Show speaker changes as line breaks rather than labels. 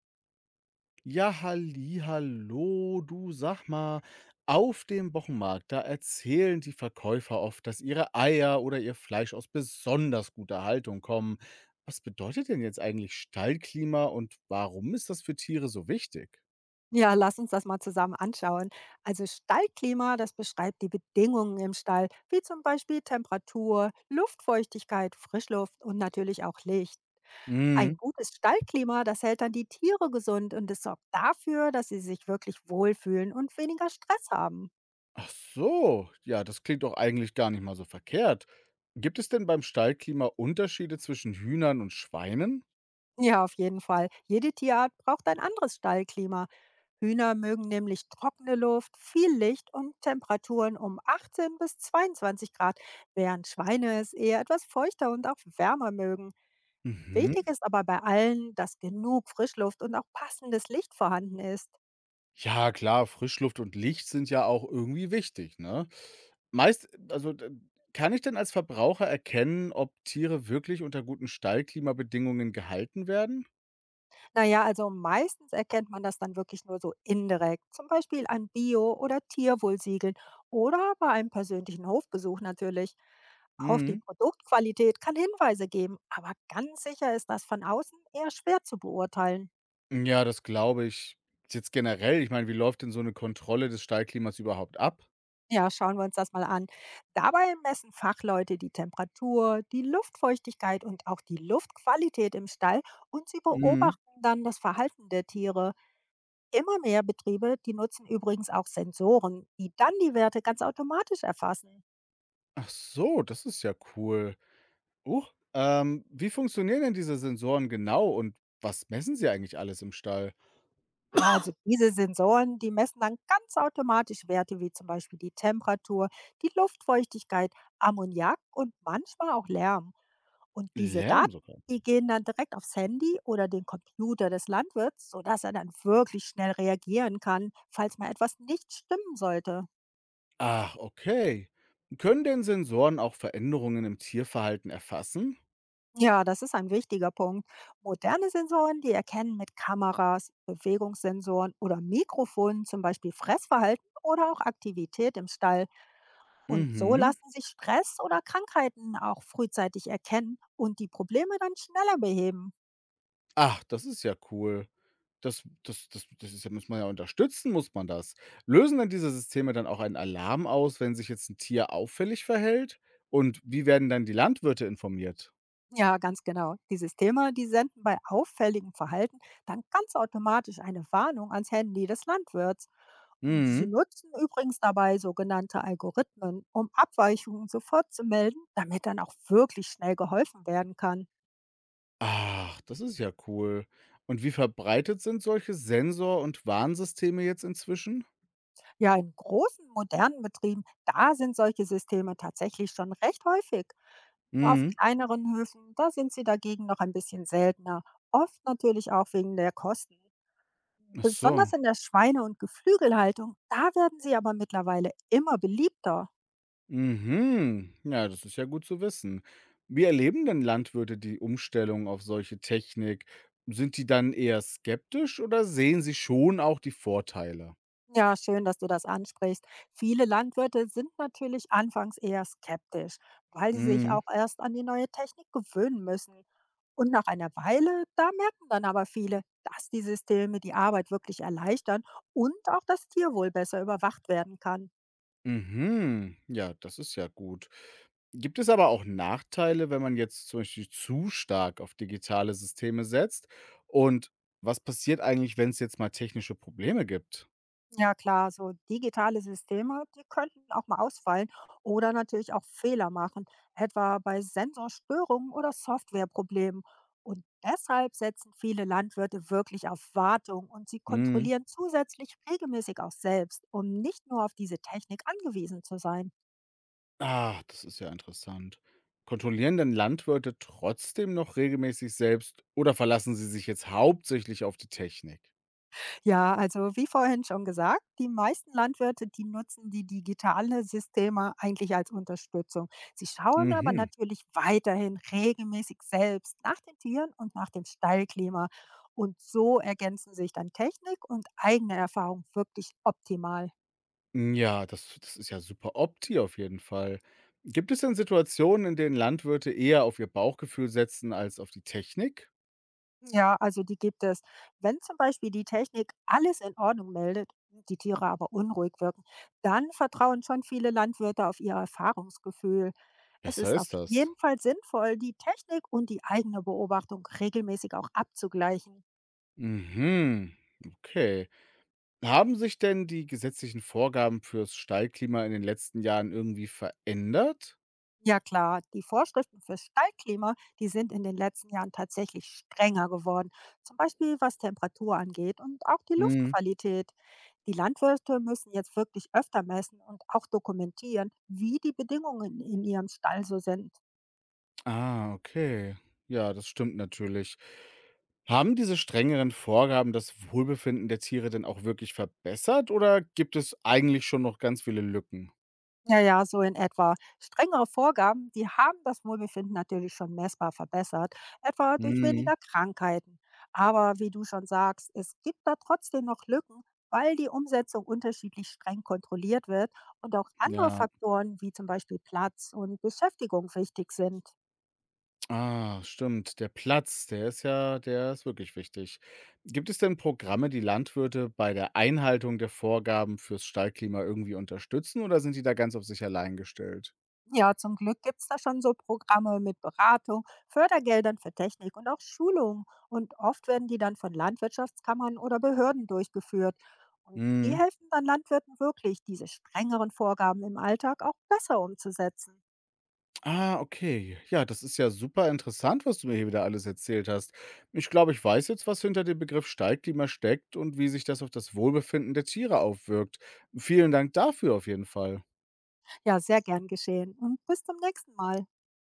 Ja, halli, hallo, du, sag mal, auf dem Wochenmarkt, da erzählen die Verkäufer oft, dass ihre Eier oder ihr Fleisch aus besonders guter Haltung kommen. Was bedeutet denn jetzt eigentlich Stallklima und warum ist das für Tiere so wichtig?
Ja, lass uns das mal zusammen anschauen. Also Stallklima, das beschreibt die Bedingungen im Stall, wie zum Beispiel Temperatur, Luftfeuchtigkeit, Frischluft und natürlich auch Licht. Ein
Mhm.
gutes Stallklima, das hält dann die Tiere gesund und es sorgt dafür, dass sie sich wirklich wohlfühlen und weniger Stress haben.
Ach so, ja, das klingt doch eigentlich gar nicht mal so verkehrt. Gibt es denn beim Stallklima Unterschiede zwischen Hühnern und Schweinen?
Ja, auf jeden Fall. Jede Tierart braucht ein anderes Stallklima. Hühner mögen nämlich trockene Luft, viel Licht und Temperaturen um 18 bis 22 Grad, während Schweine es eher etwas feuchter und auch wärmer mögen. Wichtig
Mhm.
ist aber bei allen, dass genug Frischluft und auch passendes Licht vorhanden ist.
Ja, klar, Frischluft und Licht sind ja auch irgendwie wichtig, ne? Meist also, d Kann ich denn als Verbraucher erkennen, ob Tiere wirklich unter guten Stallklimabedingungen gehalten werden?
Naja, also meistens erkennt man das dann wirklich nur so indirekt, zum Beispiel an Bio- oder Tierwohlsiegeln oder bei einem persönlichen Hofbesuch natürlich. Auch die
Mhm.
Produktqualität kann Hinweise geben, aber ganz sicher ist das von außen eher schwer zu beurteilen.
Ja, das glaube ich. Jetzt generell, ich meine, wie läuft denn so eine Kontrolle des Stallklimas überhaupt ab?
Ja, schauen wir uns das mal an. Dabei messen Fachleute die Temperatur, die Luftfeuchtigkeit und auch die Luftqualität im Stall und sie
Mhm.
beobachten dann das Verhalten der Tiere. Immer mehr Betriebe, die nutzen übrigens auch Sensoren, die dann die Werte ganz automatisch erfassen.
Ach so, das ist ja cool. Huch. Wie funktionieren denn diese Sensoren genau und was messen sie eigentlich alles im Stall?
Ja, also diese Sensoren, die messen dann ganz automatisch Werte wie zum Beispiel die Temperatur, die Luftfeuchtigkeit, Ammoniak und manchmal auch Lärm. Und diese
Lärm
Daten,
sogar?
die gehen dann direkt aufs Handy oder den Computer des Landwirts, sodass er dann wirklich schnell reagieren kann, falls mal etwas nicht stimmen sollte.
Ach, okay. Können denn Sensoren auch Veränderungen im Tierverhalten erfassen?
Ja, das ist ein wichtiger Punkt. Moderne Sensoren, die erkennen mit Kameras, Bewegungssensoren oder Mikrofonen zum Beispiel Fressverhalten oder auch Aktivität im Stall. Und so
Mhm.
lassen sich Stress oder Krankheiten auch frühzeitig erkennen und die Probleme dann schneller beheben.
Ach, das ist ja cool. Das ist ja, muss man ja unterstützen, muss man das. Lösen denn diese Systeme dann auch einen Alarm aus, wenn sich jetzt ein Tier auffällig verhält? Und wie werden dann die Landwirte informiert?
Ja, ganz genau. Die Systeme, die senden bei auffälligem Verhalten dann ganz automatisch eine Warnung ans Handy des Landwirts. Und sie
Mhm.
nutzen übrigens dabei sogenannte Algorithmen, um Abweichungen sofort zu melden, damit dann auch wirklich schnell geholfen werden kann.
Ach, das ist ja cool. Und wie verbreitet sind solche Sensor- und Warnsysteme jetzt inzwischen?
Ja, in großen modernen Betrieben, da sind solche Systeme tatsächlich schon recht häufig. Auf
Mhm.
kleineren Höfen, da sind sie dagegen noch ein bisschen seltener. Oft natürlich auch wegen der Kosten.
Ach
Besonders
so.
in der Schweine- und Geflügelhaltung, da werden sie aber mittlerweile immer beliebter.
Mhm. Ja, das ist ja gut zu wissen. Wie erleben denn Landwirte die Umstellung auf solche Technik? Sind die dann eher skeptisch oder sehen sie schon auch die Vorteile?
Ja, schön, dass du das ansprichst. Viele Landwirte sind natürlich anfangs eher skeptisch, weil sie sich
Mhm.
auch erst an die neue Technik gewöhnen müssen. Und nach einer Weile, da merken dann aber viele, dass die Systeme die Arbeit wirklich erleichtern und auch das Tierwohl besser überwacht werden kann.
Mhm. Ja, das ist ja gut. Gibt es aber auch Nachteile, wenn man jetzt zum Beispiel zu stark auf digitale Systeme setzt? Und was passiert eigentlich, wenn es jetzt mal technische Probleme gibt?
Ja klar, so digitale Systeme, die könnten auch mal ausfallen oder natürlich auch Fehler machen, etwa bei Sensorstörungen oder Softwareproblemen. Und deshalb setzen viele Landwirte wirklich auf Wartung und sie
Mhm.
kontrollieren zusätzlich regelmäßig auch selbst, um nicht nur auf diese Technik angewiesen zu sein.
Ah, das ist ja interessant. Kontrollieren denn Landwirte trotzdem noch regelmäßig selbst oder verlassen sie sich jetzt hauptsächlich auf die Technik?
Ja, also wie vorhin schon gesagt, die meisten Landwirte, die nutzen die digitale Systeme eigentlich als Unterstützung. Sie schauen aber
Mhm.
natürlich weiterhin regelmäßig selbst nach den Tieren und nach dem Stallklima. Und so ergänzen sich dann Technik und eigene Erfahrung wirklich optimal.
Ja, das ist ja super Opti, auf jeden Fall. Gibt es denn Situationen, in denen Landwirte eher auf ihr Bauchgefühl setzen als auf die Technik?
Ja, also die gibt es. Wenn zum Beispiel die Technik alles in Ordnung meldet, die Tiere aber unruhig wirken, dann vertrauen schon viele Landwirte auf ihr Erfahrungsgefühl. Es
Besser
ist auf
ist das.
jeden Fall sinnvoll, die Technik und die eigene Beobachtung regelmäßig auch abzugleichen.
Mhm. Okay. Haben sich denn die gesetzlichen Vorgaben fürs Stallklima in den letzten Jahren irgendwie verändert?
Ja klar, die Vorschriften für Stallklima, die sind in den letzten Jahren tatsächlich strenger geworden, zum Beispiel was Temperatur angeht und auch die Luftqualität. Die Landwirte müssen jetzt wirklich öfter messen und auch dokumentieren, wie die Bedingungen in ihrem Stall so sind.
Ah, okay. Ja, das stimmt natürlich. Haben diese strengeren Vorgaben das Wohlbefinden der Tiere denn auch wirklich verbessert oder gibt es eigentlich schon noch ganz viele Lücken?
Ja, ja, so in etwa. Strengere Vorgaben, die haben das Wohlbefinden natürlich schon messbar verbessert, etwa durch
Mhm.
weniger Krankheiten. Aber wie du schon sagst, es gibt da trotzdem noch Lücken, weil die Umsetzung unterschiedlich streng kontrolliert wird und auch andere
Ja.
Faktoren wie zum Beispiel Platz und Beschäftigung wichtig sind.
Ah, stimmt. Der Platz, der ist ja, der ist wirklich wichtig. Gibt es denn Programme, die Landwirte bei der Einhaltung der Vorgaben fürs Stallklima irgendwie unterstützen oder sind die da ganz auf sich allein gestellt?
Ja, zum Glück gibt es da schon so Programme mit Beratung, Fördergeldern für Technik und auch Schulungen. Und oft werden die dann von Landwirtschaftskammern oder Behörden durchgeführt. Und die
Mhm.
helfen dann Landwirten wirklich, diese strengeren Vorgaben im Alltag auch besser umzusetzen.
Ah, okay. Ja, das ist ja super interessant, was du mir hier wieder alles erzählt hast. Ich glaube, ich weiß jetzt, was hinter dem Begriff Steigklima steckt und wie sich das auf das Wohlbefinden der Tiere aufwirkt. Vielen Dank dafür auf jeden Fall.
Ja, sehr gern geschehen. Und bis zum nächsten Mal.